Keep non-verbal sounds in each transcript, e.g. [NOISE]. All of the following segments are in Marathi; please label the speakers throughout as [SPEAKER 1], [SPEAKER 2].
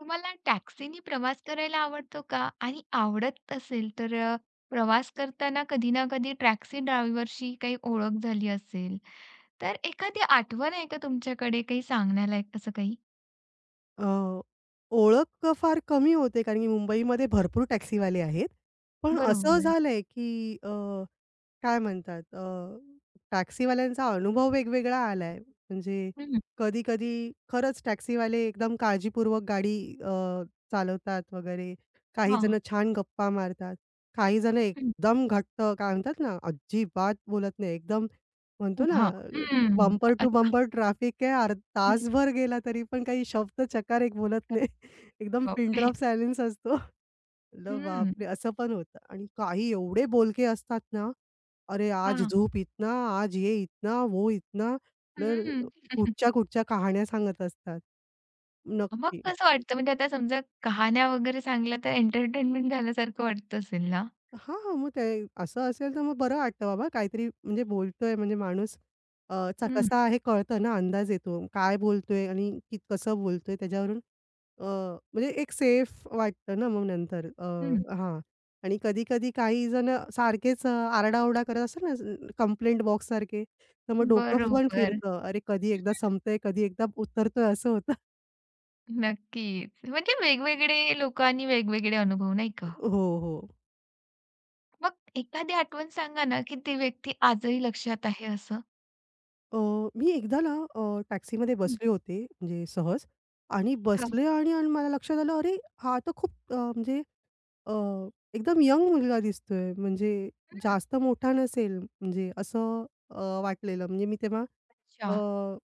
[SPEAKER 1] तुम्हाला टॅक्सीनी प्रवास करायला आवडतो का? आणि आवडत असेल तर प्रवास करताना कधी ना कधी टॅक्सी ड्रायव्हरशी काही ओळख झाली असेल, तर एखादी आठवण आहे का तुमच्याकडे काही सांगण्यालायक असं काही?
[SPEAKER 2] अ, ओळख फार कमी होते कारण की मुंबईमध्ये भरपूर टॅक्सीवाले आहेत. पण असं
[SPEAKER 1] बरोबर.
[SPEAKER 2] झालंय की अ काय म्हणतात अ, टॅक्सीवाल्यांचा अनुभव वेगवेगळा आलाय. म्हणजे
[SPEAKER 1] हं,
[SPEAKER 2] कधी-कधी खरंच टॅक्सीवाले एकदम काळजीपूर्वक गाडी अ, चालवतात वगैरे. काही
[SPEAKER 1] हां.
[SPEAKER 2] जण छान गप्पा मारतात. काही जण
[SPEAKER 1] हं,
[SPEAKER 2] एकदम घट्ट काय म्हणतात ना, अजिबात बोलत नाही. एकदम म्हणतो ना,
[SPEAKER 1] हां. हं.
[SPEAKER 2] बंपर टू
[SPEAKER 1] असं.
[SPEAKER 2] बंपर ट्रॅफिक आहे. अर्ध तासभर गेला तरी पण काही शब्दचकार एक बोलत नाही. [LAUGHS] एकदम पिन
[SPEAKER 1] बापरे!
[SPEAKER 2] ड्रॉप सायलेन्स असतो. म्हटलं
[SPEAKER 1] हं.
[SPEAKER 2] बापरे! असं पण होतं आणि काही एवढे बोलके असतात ना, "अरे आज
[SPEAKER 1] हां.
[SPEAKER 2] झोप इतना, आज ये इतना, वो इतना." तर
[SPEAKER 1] हं.
[SPEAKER 2] कुठच्या कुठच्या कहाण्या सांगत असतात.
[SPEAKER 1] मग
[SPEAKER 2] नक्की.
[SPEAKER 1] कसं वाटतं? म्हणजे आता समजा कहाण्या वगैरे सांगल्या तर एंटरटेनमेंट झाल्यासारखं वाटत असेल ना?
[SPEAKER 2] हां, हां. मग ते असं असेल तर मग बरं वाटतं बाबा काहीतरी म्हणजे बोलतोय म्हणजे माणूस चा
[SPEAKER 1] हं,
[SPEAKER 2] कसा आहे कळतं ना, अंदाज येतो. काय बोलतोय आणि की कसं बोलतोय त्याच्यावरून अ, म्हणजे एक सेफ वाटतं ना मग नंतर
[SPEAKER 1] हं.
[SPEAKER 2] हां. आणि कधी-कधी काही जण सारखेच आरडाओरडा करत असतात ना, कंप्लेंट बॉक्ससारखे, तर मग डोकं पण
[SPEAKER 1] बरोबर.
[SPEAKER 2] फिरतं. अरे, कधी एकदा संपतंय, कधी एकदा उतरतोय असं होतं.
[SPEAKER 1] नक्कीच. म्हणजे वेगवेगळे लोकं आणि वेगवेगळे अनुभव नाही का?
[SPEAKER 2] हो, हो.
[SPEAKER 1] मग एखादी आठवण सांगा ना, की ती व्यक्ती आजही लक्षात आहे असं?
[SPEAKER 2] अ, मी एकदा ना टॅक्सीमध्ये
[SPEAKER 1] हं.
[SPEAKER 2] बसले होते म्हणजे सहज आणि
[SPEAKER 1] हां.
[SPEAKER 2] बसले आणि आणि मला लक्षात आलं, अरे हा तर खूप अ, एकदम यंग मुलगा दिसतोय. म्हणजे जास्त मोठा नसेल म्हणजे असं वाटलेलं. म्हणजे मी तेव्हा
[SPEAKER 1] अच्छा.
[SPEAKER 2] अ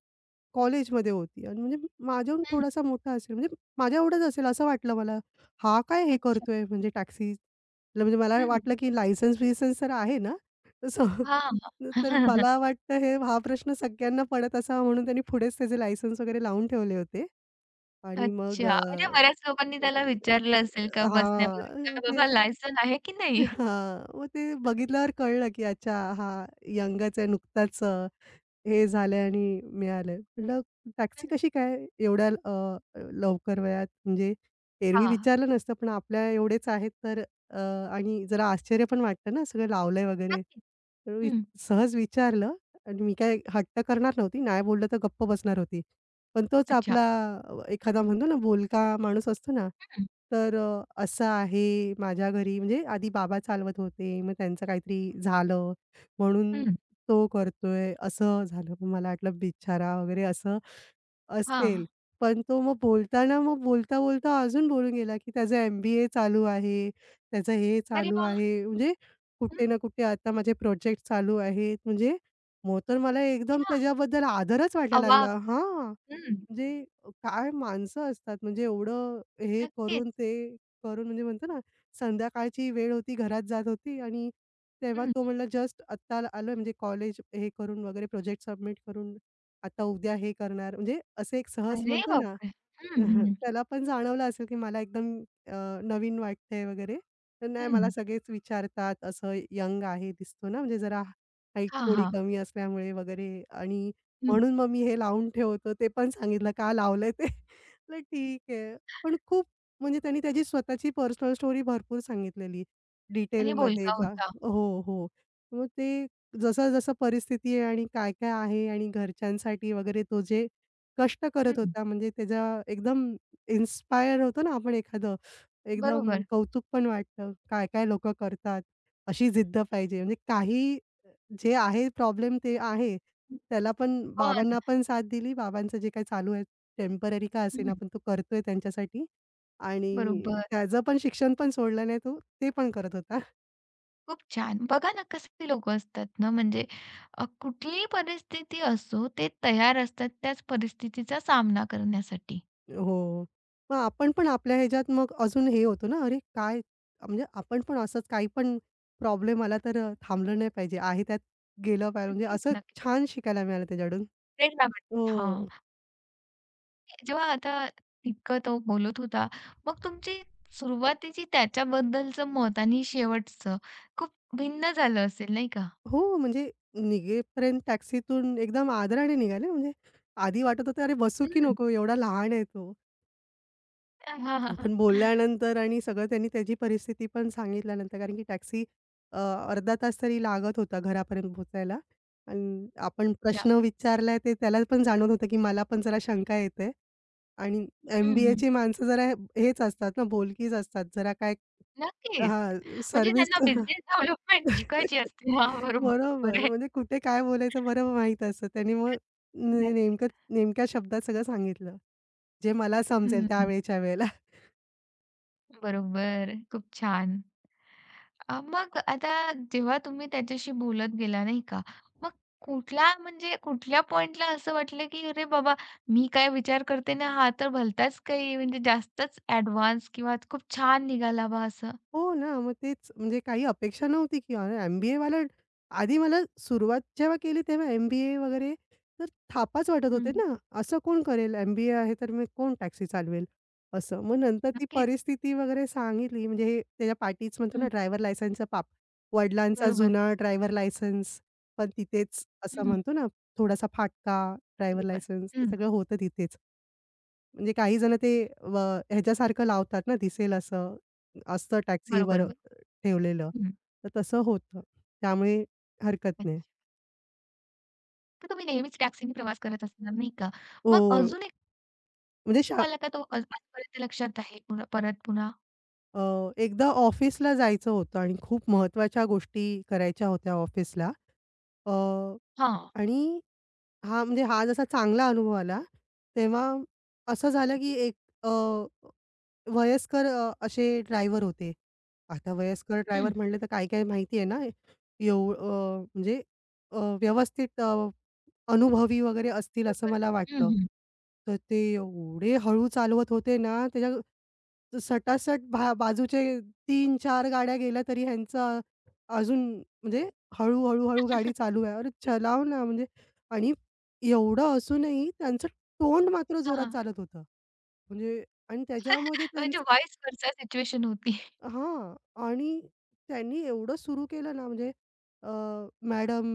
[SPEAKER 2] कॉलेजमध्ये होती आणि म्हणजे माझ्याहून
[SPEAKER 1] हं.
[SPEAKER 2] थोडासा मोठा असेल, म्हणजे माझ्या एवढाच असेल असं वाटलं मला. हा काय हे
[SPEAKER 1] अच्छा.
[SPEAKER 2] करतोय म्हणजे टॅक्सी म्हणजे मला
[SPEAKER 1] हं.
[SPEAKER 2] वाटलं की लायसन्स-बियसन्स तर आहे ना? तसं
[SPEAKER 1] हां,
[SPEAKER 2] [LAUGHS]
[SPEAKER 1] हां.
[SPEAKER 2] तर
[SPEAKER 1] [LAUGHS]
[SPEAKER 2] मला वाटतं हा प्रश्न सगळ्यांना पडत असावा म्हणून त्यांनी पुढेच त्याचे लायसन्स वगैरे लावून ठेवले होते आणि मग
[SPEAKER 1] अच्छा. म्हणजे बऱ्याच लोकांनी त्याला विचारलं असेल का बसण्यापूर्वी, का
[SPEAKER 2] हां.
[SPEAKER 1] बाबा लायसन आहे की नाही?
[SPEAKER 2] हां, मग ते बघितल्यावर कळलं, की अच्छा हा यंगच आहे नुकताच हे झालंय आणि मिळालंय. म्हटलं टॅक्सी
[SPEAKER 1] हं.
[SPEAKER 2] कशी काय एवढ्या लवकर वयात म्हणजे एरवी
[SPEAKER 1] हां.
[SPEAKER 2] विचारलं नसतं पण आपल्या एवढेच आहेत तर अ, आणि जरा आश्चर्य पण वाटतं ना सगळं लावलंय वगैरे.
[SPEAKER 1] नक्कीच.
[SPEAKER 2] तर वि
[SPEAKER 1] हं.
[SPEAKER 2] सहज विचारलं आणि मी काय हट्ट करणार नव्हती. नाही बोललं तर गप्प बसणार होती. पण तोच
[SPEAKER 1] अच्छा.
[SPEAKER 2] आपला एखादा म्हणतो ना बोलका माणूस असतो ना,
[SPEAKER 1] हं.
[SPEAKER 2] तर असं आहे माझ्या घरी म्हणजे आधी बाबा चालवत होते. मग त्यांचं काहीतरी झालं म्हणून
[SPEAKER 1] हं.
[SPEAKER 2] तो करतोय असं झालं. मग मला वाटलं बिचारा वगैरे असं असेल.
[SPEAKER 1] हां.
[SPEAKER 2] पण तो मग बोलताना मग बोलता-बोलता अजून बोलून गेला, की त्याचं एम-बी-ए चालू आहे, त्याचं हे
[SPEAKER 1] अरे
[SPEAKER 2] चालू
[SPEAKER 1] वाह!
[SPEAKER 2] आहे. म्हणजे
[SPEAKER 1] हं.
[SPEAKER 2] कुठे ना कुठे आता माझे प्रोजेक्ट चालू आहेत. म्हणजे मग तर मला एकदम
[SPEAKER 1] अच्छा.
[SPEAKER 2] त्याच्याबद्दल आदरच वाटायला
[SPEAKER 1] अवाक.
[SPEAKER 2] लागला. हां.
[SPEAKER 1] हं.
[SPEAKER 2] म्हणजे काय माणसं असतात म्हणजे एवढं हे करून
[SPEAKER 1] नक्कीच.
[SPEAKER 2] ते करून म्हणजे म्हणतो ना, संध्याकाळची वेळ होती, घरात जात होती आणि तेव्हा
[SPEAKER 1] हं.
[SPEAKER 2] तो म्हणला जस्ट आत्ता आलोय म्हणजे कॉलेज हे करून वगैरे प्रोजेक्ट सबमिट करून आता उद्या हे करणार. म्हणजे असे एक सहज
[SPEAKER 1] अरे
[SPEAKER 2] म्हणतो ना,
[SPEAKER 1] बापरे! हं,
[SPEAKER 2] [LAUGHS]
[SPEAKER 1] हं.
[SPEAKER 2] त्याला पण जाणवलं असेल की मला एकदम अ, नवीन वाटतंय वगैरे. तर नाही मला
[SPEAKER 1] हं.
[SPEAKER 2] सगळेच विचारतात असं यंग आहे दिसतो ना, म्हणजे जरा हाईट
[SPEAKER 1] हां,
[SPEAKER 2] थोडी
[SPEAKER 1] हां.
[SPEAKER 2] कमी असल्यामुळे वगैरे आणि म्हणून मग मी हे लावून ठेवतो. ते पण सांगितलं का लावलंय ते? [LAUGHS] म्हटलं ठीक आहे. पण खूप म्हणजे त्यांनी त्याची स्वतःची पर्सनल स्टोरी भरपूर सांगितलेली
[SPEAKER 1] आणि
[SPEAKER 2] डिटेलमध्ये
[SPEAKER 1] बोलका
[SPEAKER 2] बा
[SPEAKER 1] होता.
[SPEAKER 2] हो, हो. मग ते जसं-जसं परिस्थिती आहे आणि काय-काय आहे आणि घरच्यांसाठी वगैरे तो जे कष्ट
[SPEAKER 1] हं,
[SPEAKER 2] करत होता म्हणजे त्याचा एकदम इन्स्पायर होतो ना आपण एखादं, एकदम
[SPEAKER 1] बरोबर.
[SPEAKER 2] कौतुक पण वाटतं. काय-काय लोकं करतात. अशी जिद्द पाहिजे म्हणजे काही जे आहे प्रॉब्लेम ते आहे. त्याला पण
[SPEAKER 1] पण
[SPEAKER 2] बाबांना पण साथ दिली. बाबांचं जे काही चालू आहे टेम्पररी का असेना,
[SPEAKER 1] हं,
[SPEAKER 2] पण तो करतोय त्यांच्यासाठी आणि
[SPEAKER 1] बरोबर.
[SPEAKER 2] त्याचं पण शिक्षण पण सोडलं नाही तो. ते पण करत होता.
[SPEAKER 1] खूप छान. बघा ना कसे लोकं असतात ना, म्हणजे कुठलीही परिस्थिती असो, ते तयार असतात त्याच परिस्थितीचा सामना करण्यासाठी.
[SPEAKER 2] हो. मग आपण पण आपल्या ह्याच्यात मग अजून हे होतो ना, अरे काय म्हणजे आपण पण असंच काही पण प्रॉब्लेम आला तर थांबलं नाही पाहिजे. आहे त्यात गेलं पाहिजे. म्हणजे
[SPEAKER 1] नक्कीच,
[SPEAKER 2] असं
[SPEAKER 1] नक्कीच.
[SPEAKER 2] छान शिकायला मिळालं त्याच्याकडून.
[SPEAKER 1] प्रेरणा मिळते. हां.
[SPEAKER 2] हो.
[SPEAKER 1] जेव्हा आता इतकं तो बोलत होता, मग तुमची सुरुवातीची त्याच्याबद्दलचं मत आणि शेवटचं खूप भिन्न झालं असेल नाही का?
[SPEAKER 2] हो, म्हणजे निघेपर्यंत टॅक्सीतून एकदम आदराने निघाले. म्हणजे आधी वाटत होतं, "अरे, बसू की
[SPEAKER 1] हं.
[SPEAKER 2] नको? एवढा लहान आहे तो."
[SPEAKER 1] [LAUGHS] हां, हां, हां.
[SPEAKER 2] पण बोलल्यानंतर आणि सगळं त्यांनी त्याची परिस्थिती पण सांगितल्यानंतर कारण की टॅक्सी अ, अर्धा तास तरी लागत होता घरापर्यंत पोहोचायला आणि आपण
[SPEAKER 1] अच्छा.
[SPEAKER 2] प्रश्न विचारलाय ते त्याला पण जाणवत होतं, की मला पण जरा शंका येते आणि
[SPEAKER 1] हं, हं.
[SPEAKER 2] एम-बी-एची माणसं जरा हेच असतात ना, बोलकीच असतात. जरा काय
[SPEAKER 1] नक्कीच.
[SPEAKER 2] हां,
[SPEAKER 1] म्हणजे
[SPEAKER 2] सर्व्हिस
[SPEAKER 1] त्यांना बिझनेस डेव्हलपमेंट शिकायची असते. हां, बरोबर
[SPEAKER 2] बरोबर.
[SPEAKER 1] आहे.
[SPEAKER 2] म्हणजे कुठे काय बोलायचं बरं माहीत असतं. त्यांनी मग
[SPEAKER 1] नक्कीच.
[SPEAKER 2] नेमकं नेमक्या शब्दात सगळं सांगितलं. जे मला समजेल
[SPEAKER 1] हं,
[SPEAKER 2] त्यावेळच्या वेळेला.
[SPEAKER 1] बरोबर. खूप छान. मग आता जेव्हा तुम्ही त्याच्याशी बोलत गेला नाही का, मग कुठला म्हणजे कुठल्या पॉइंटला असं वाटलं, की "अरे बाबा, मी काय विचार करते ना, हा तर भलताच काही म्हणजे जास्तच ॲडव्हान्स किंवा खूप छान निघाला बा" असं?
[SPEAKER 2] हो ना, मग तेच म्हणजे काही अपेक्षा नव्हती की अरे, एम बी आधी मला सुरुवात जेव्हा केली तेव्हा एम-बी-ए वगैरे तर थापाच वाटत होते
[SPEAKER 1] हं,
[SPEAKER 2] ना, असं कोण करेल एम आहे तर मी कोण टॅक्सी चालवेल असं. मग नंतर ती
[SPEAKER 1] नक्कीच.
[SPEAKER 2] परिस्थिती वगैरे सांगितली म्हणजे हे त्याच्या पाठीच म्हणतो ना
[SPEAKER 1] हं,
[SPEAKER 2] ड्रायव्हर लायसन्सचा पाप. वडिलांचा
[SPEAKER 1] बरोबर.
[SPEAKER 2] जुना ड्रायव्हर लायसन्स पण तिथेच असं
[SPEAKER 1] हं,
[SPEAKER 2] म्हणतो ना, थोडासा फाटका ड्रायव्हर
[SPEAKER 1] बरोबर.
[SPEAKER 2] लायसन्स हे
[SPEAKER 1] हं,
[SPEAKER 2] सगळं होतं तिथेच. म्हणजे काही जण ते व ह्याच्यासारखं लावतात ना, दिसेल असं असतं
[SPEAKER 1] बरोबर,
[SPEAKER 2] टॅक्सीवर
[SPEAKER 1] बरोबर.
[SPEAKER 2] ठेवलेलं.
[SPEAKER 1] हं.
[SPEAKER 2] तर तसं होतं. त्यामुळे हरकत नाही.
[SPEAKER 1] तर तुम्ही नेहमीच टॅक्सीने प्रवास करत असणार, नाही का? मग
[SPEAKER 2] हो.
[SPEAKER 1] अजून एक
[SPEAKER 2] म्हणजे
[SPEAKER 1] तुम्हाला का तो आजपर्यंत लक्षात आहे पुन्हा परत पुन्हा?
[SPEAKER 2] अ, एकदा ऑफिसला जायचं होतं आणि खूप महत्त्वाच्या गोष्टी करायच्या होत्या ऑफिसला. अ,
[SPEAKER 1] हां.
[SPEAKER 2] आणि हा म्हणजे हा जसा चांगला अनुभव आला, तेव्हा असं झालं की एक वयस्कर असे ड्रायव्हर होते. आता वयस्कर
[SPEAKER 1] हं,
[SPEAKER 2] ड्रायव्हर म्हणले तर काय-काय माहिती आहे ना, एव अ, म्हणजे अ, व्यवस्थित अनुभवी वगैरे असतील असं
[SPEAKER 1] बरोबर.
[SPEAKER 2] मला
[SPEAKER 1] हं,
[SPEAKER 2] वाटलं.
[SPEAKER 1] हं.
[SPEAKER 2] तर ते एवढे हळू चालवत होते ना, त्याच्या त- सटासट भा बाजूचे तीन चार गाड्या गेल्या तरी ह्यांचा अजून म्हणजे हळू, हळू-हळू गाडी चालू आहे. अरे चलाव ना म्हणजे आणि एवढं असूनही त्यांचं तोंड मात्र
[SPEAKER 1] हां,
[SPEAKER 2] जोरात
[SPEAKER 1] हां.
[SPEAKER 2] चालत होतं. म्हणजे आणि त्याच्यामध्ये
[SPEAKER 1] म्हणजे
[SPEAKER 2] त्यांचं
[SPEAKER 1] व्हॉईस व्हर्सा सिच्युएशन होती. [LAUGHS]
[SPEAKER 2] हां. आणि त्यांनी एवढं सुरू केलं ना म्हणजे अ, मॅडम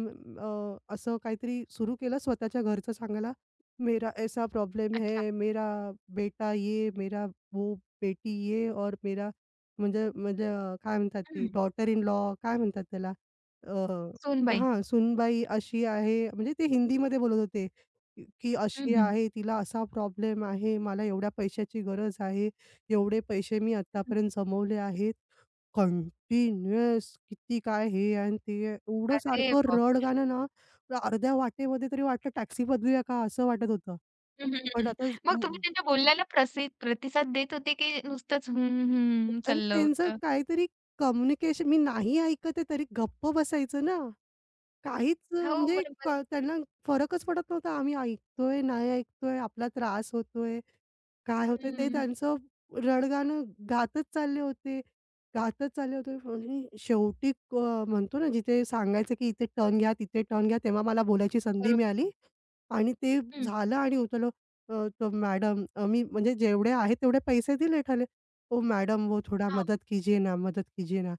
[SPEAKER 2] असं काहीतरी सुरू केलं स्वतःच्या घरचं सांगायला, "मेरा ऐसा प्रॉब्लेम
[SPEAKER 1] अच्छा.
[SPEAKER 2] है, मेरा बेटा ये, मेरा वो बेटी ये और मेरा" म्हणजे म्हणजे अ, काय म्हणतात ती
[SPEAKER 1] हं.
[SPEAKER 2] डॉटर इन लॉ काय म्हणतात त्याला? अ,
[SPEAKER 1] सूनबाई.
[SPEAKER 2] हां, सूनबाई अशी आहे म्हणजे ते हिंदीमध्ये बोलत होते, की
[SPEAKER 1] हं,
[SPEAKER 2] अशी
[SPEAKER 1] हं.
[SPEAKER 2] आहे, तिला असा प्रॉब्लेम आहे, मला एवढ्या पैशाची गरज आहे. एवढे पैसे मी
[SPEAKER 1] हं.
[SPEAKER 2] आत्तापर्यंत जमवले आहेत. कंटिन्युअस किती काय हे आणि ते एवढं
[SPEAKER 1] अरे
[SPEAKER 2] सारखं
[SPEAKER 1] बाप!
[SPEAKER 2] रड गाणं ना, मला अर्ध्या वाटेमध्ये तरी वाटलं टॅक्सी बदलूया का असं वाटत होतं.
[SPEAKER 1] हं, हं,
[SPEAKER 2] पण
[SPEAKER 1] हं,
[SPEAKER 2] आता ज-
[SPEAKER 1] मग
[SPEAKER 2] म
[SPEAKER 1] तुम्ही त्यांच्या बोलण्याला प्रतिसाद देत होते की नुसतंच हं, हं
[SPEAKER 2] अरे
[SPEAKER 1] चाललं
[SPEAKER 2] त्यांचं
[SPEAKER 1] होतं?
[SPEAKER 2] काहीतरी कम्युनिकेशन मी नाही ऐकत आहे तरी गप्प बसायचं ना. काहीच अ,
[SPEAKER 1] हो,
[SPEAKER 2] म्हणजे क
[SPEAKER 1] बरोबर.
[SPEAKER 2] त्यांना फरकच पडत नव्हता. आम्ही ऐकतोय, नाही ऐकतोय, आपला त्रास होतोय, काय होतंय ते
[SPEAKER 1] हं.
[SPEAKER 2] त्यांचं रडगाणं गातच चालले होते, गातच चालले होते. म्हणजे शेवटी म्हणतो ना जिथे सांगायचं की इथे टर्न घ्या, तिथे टर्न घ्या, तेव्हा मला बोलायची संधी
[SPEAKER 1] बरोबर.
[SPEAKER 2] मिळाली आणि ते
[SPEAKER 1] हं.
[SPEAKER 2] झालं आणि उतरलो. तो मॅडम मी म्हणजे जेवढे आहेत तेवढे पैसे दिले ठरले. "ओ मैडम वो थोड़ा
[SPEAKER 1] हां.
[SPEAKER 2] मदद कीजिए ना, मदद कीजिए ना."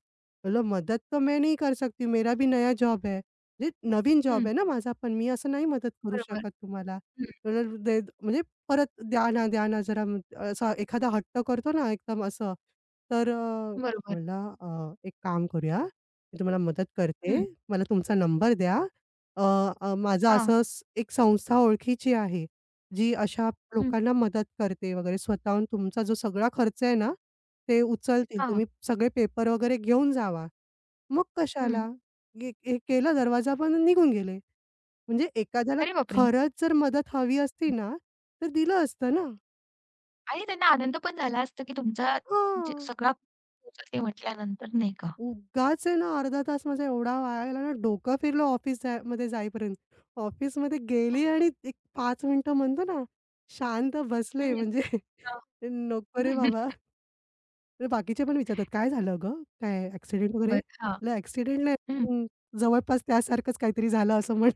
[SPEAKER 2] बोललो, "मदद तो मैं नहीं कर सकती, मेरा भी नया जॉब है." म्हणजे नवीन जॉब
[SPEAKER 1] हं.
[SPEAKER 2] आहे ना माझा पण मी असं नाही मदत करू
[SPEAKER 1] बरोबर.
[SPEAKER 2] शकत तुम्हाला.
[SPEAKER 1] हं.
[SPEAKER 2] तर दे म्हणजे परत द्या ना, द्या ना जरा असा एखादा हट्ट करतो ना एकदम असं. तर
[SPEAKER 1] बरोबर.
[SPEAKER 2] म्हणलं एक काम करूया, मी तुम्हाला मदत करते.
[SPEAKER 1] हं.
[SPEAKER 2] मला तुमचा नंबर द्या. अ, अ, माझं
[SPEAKER 1] हां.
[SPEAKER 2] असंच एक संस्था ओळखीची आहे, जी अशा
[SPEAKER 1] हं.
[SPEAKER 2] लोकांना मदत करते वगैरे स्वतःहून तुमचा जो सगळा खर्च आहे ना, ते उचलतील.
[SPEAKER 1] हां.
[SPEAKER 2] तुम्ही सगळे पेपर वगैरे घेऊन जावा. मग
[SPEAKER 1] हं.
[SPEAKER 2] कशाला? हे केलं दरवाजा पण निघून गेले. म्हणजे एखाद्याला
[SPEAKER 1] अरे बापरे!
[SPEAKER 2] खरंच जर मदत हवी असती ना, तर दिलं असतं ना.
[SPEAKER 1] आणि त्यांना आनंद पण झाला असता, की तुमचा जे
[SPEAKER 2] हां.
[SPEAKER 1] सगळा होता ते म्हटल्यानंतर नाही का?
[SPEAKER 2] उगाच आहे ना अर्धा तास माझा एवढा वाया गेला ना, डोकं फिरलं ऑफिस जाय मध्ये जाईपर्यंत. ऑफिसमध्ये गेली आणि एक 5 मिनिटं म्हणतो ना, शांत बसले
[SPEAKER 1] हं.
[SPEAKER 2] म्हणजे [LAUGHS]
[SPEAKER 1] हां.
[SPEAKER 2] नको रे बाबा.
[SPEAKER 1] [LAUGHS]
[SPEAKER 2] तर बाकीचे पण विचारतात, "काय झालं गं? काय ॲक्सिडेंट वगैरे?"
[SPEAKER 1] बरं. हां.
[SPEAKER 2] म्हटलं, "ॲक्सिडेंट नाही,
[SPEAKER 1] हं.
[SPEAKER 2] पण जवळपास त्यासारखंच काहीतरी झालं असं म्हण."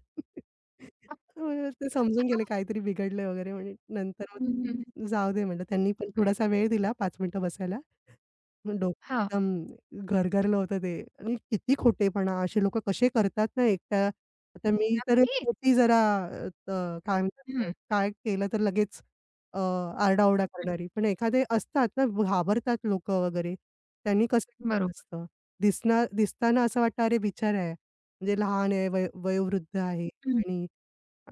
[SPEAKER 2] तर ते समजून गेले
[SPEAKER 1] [LAUGHS]
[SPEAKER 2] काहीतरी बिघडलंय वगैरे म्हणे. नंतर
[SPEAKER 1] हं.
[SPEAKER 2] मग जाऊ दे म्हटलं. त्यांनी पण थोडासा वेळ दिला 5 मिनिटं बसायला. मग डोकं
[SPEAKER 1] हां.
[SPEAKER 2] एकदम गरगरलं होतं ते आणि किती खोटेपणा असे लोकं कसे करतात ना एकट्या आता मी तर
[SPEAKER 1] नक्कीच.
[SPEAKER 2] होती जरा अ, अ, काय म्हणतात
[SPEAKER 1] हं.
[SPEAKER 2] काय केलं तर लगेच अ, आरडाओरडा करणारी. पण एखादे असतात ना घाबरतात लोकं वगैरे. त्यांनी कसं केलं
[SPEAKER 1] बरोबर.
[SPEAKER 2] असतं. दिसणार दिसताना असं वाटतं अरे बिचारा आहे. म्हणजे लहान आहे, वयोवृद्ध आहे
[SPEAKER 1] हं.
[SPEAKER 2] आणि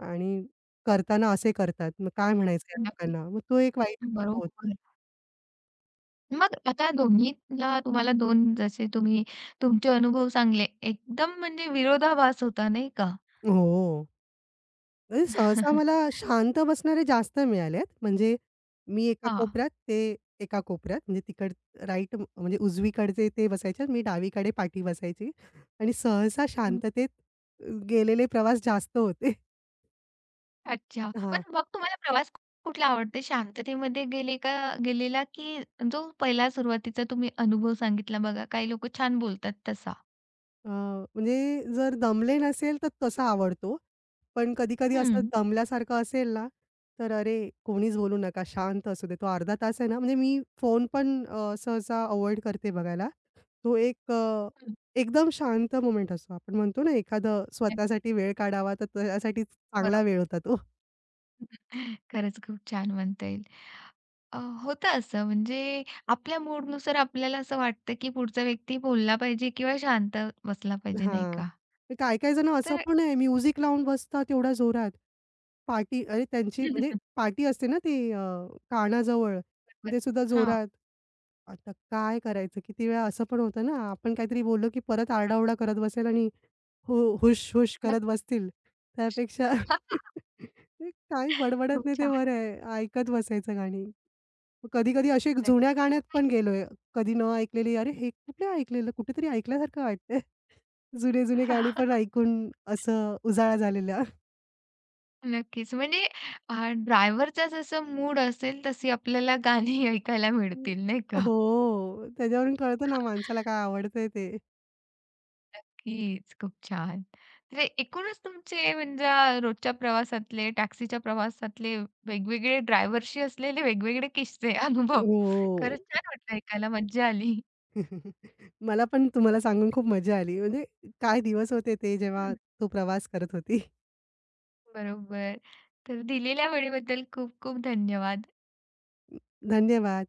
[SPEAKER 2] आणि करताना असे करतात. मग काय म्हणायचं या
[SPEAKER 1] नक्कीच.
[SPEAKER 2] लोकांना? मग तो एक वाईट अनुभव होता.
[SPEAKER 1] बरोबर. मग आता दोन्हीला तुम्हाला 2 जसे तुम्ही तुमचे अनुभव सांगले, एकदम म्हणजे विरोधाभास होता नाही का?
[SPEAKER 2] हो. म्हणजे सहसा मला
[SPEAKER 1] [LAUGHS]
[SPEAKER 2] शांत बसणारे जास्त मिळालेत. म्हणजे मी एका
[SPEAKER 1] हां.
[SPEAKER 2] कोपऱ्यात, ते एका कोपऱ्यात. म्हणजे राईट म्हणजे उजवीकडचे ते बसायचे, मी डावीकडे पाठी बसायची आणि सहसा शांततेत गेलेले प्रवास जास्त होते.
[SPEAKER 1] अच्छा. पण
[SPEAKER 2] हां.
[SPEAKER 1] मग तुम्हाला प्रवास कुठला आवडते? शांततेमध्ये गेले का गेलेला की जो पहिला सुरुवातीचा तुम्ही अनुभव सांगितला बघा, काही लोकं छान बोलतात तसा?
[SPEAKER 2] म्हणजे जर दमले नसेल तर तसा आवडतो. पण कधी-कधी असं
[SPEAKER 1] हं,
[SPEAKER 2] दमल्यासारखं असेल ना, तर अरे कोणीच बोलू नका, शांत असू दे. तो अर्धा तास आहे ना, म्हणजे मी फोन पण सहसा अव्हॉइड करते बघायला. तो एक
[SPEAKER 1] हं.
[SPEAKER 2] एकदम शांत मोमेंट असतो. आपण म्हणतो ना, एखादं स्वतःसाठी वेळ काढावा, तर त्यासाठी चांगला
[SPEAKER 1] बरोबर.
[SPEAKER 2] वेळ होता तो.
[SPEAKER 1] [LAUGHS] खरंच खूप छान म्हणता येईल. अ, होतं असं म्हणजे आपल्या मूडनुसार आपल्याला असं वाटतं की पुढचा व्यक्ती बोलला पाहिजे किंवा शांत बसला पाहिजे, नाही
[SPEAKER 2] हां.
[SPEAKER 1] का?
[SPEAKER 2] काही-काही जण असं
[SPEAKER 1] तर
[SPEAKER 2] पण आहे म्युझिक लावून बसतात एवढ्या जोरात. अरे त्यांची म्हणजे
[SPEAKER 1] [LAUGHS]
[SPEAKER 2] पार्टी असते ना ती कानाजवळ.
[SPEAKER 1] बरोबर.
[SPEAKER 2] ते सुद्धा
[SPEAKER 1] हां,
[SPEAKER 2] जोरात. आता काय करायचं? किती वेळा असं पण होतं ना, आपण काहीतरी बोललो की परत आरडाओरडा करत बसेल आणि हुश-हुश करत
[SPEAKER 1] नक्कीच.
[SPEAKER 2] बसतील. त्यापेक्षा
[SPEAKER 1] [LAUGHS]
[SPEAKER 2] [LAUGHS] ते काही
[SPEAKER 1] खूप
[SPEAKER 2] बडबडत नाही ते
[SPEAKER 1] छान.
[SPEAKER 2] बरं आहे. ऐकत बसायचं गाणी. कधी-कधी असे जुन्या
[SPEAKER 1] नक्कीच.
[SPEAKER 2] गाण्यात पण गेलोय. कधी न ऐकलेली, अरे हे कुठे ऐकलेलं? कुठेतरी ऐकल्यासारखं वाटतंय. जुने-जुने गाणी पण
[SPEAKER 1] [LAUGHS]
[SPEAKER 2] ऐकून असं उजाळा झालेला.
[SPEAKER 1] नक्कीच. म्हणजे ड्रायव्हरचा जसं मूड असेल तशी आपल्याला गाणी [LAUGHS] ऐकायला मिळतील नाही का?
[SPEAKER 2] हो, त्याच्यावरून कळतं ना माणसाला काय
[SPEAKER 1] [LAUGHS]
[SPEAKER 2] आवडतंय ते.
[SPEAKER 1] नक्कीच. खूप छान. म्हणजे एकूणच तुमचे म्हणजे रोजच्या प्रवासातले, टॅक्सीच्या प्रवासातले वेगवेगळे ड्रायव्हरशी असलेले वेगवेगळे किस्से, अनुभव
[SPEAKER 2] हो.
[SPEAKER 1] खरंच छान वाटलं ऐकायला. मज्जा आली.
[SPEAKER 2] [LAUGHS] मला पण तुम्हाला सांगून खूप मजा आली. म्हणजे काय दिवस होते ते, जेव्हा
[SPEAKER 1] हं,
[SPEAKER 2] तो प्रवास करत होती.
[SPEAKER 1] बरोबर. तर दिलेल्या वेळेबद्दल खूप खूप धन्यवाद.
[SPEAKER 2] [LAUGHS] धन्यवाद.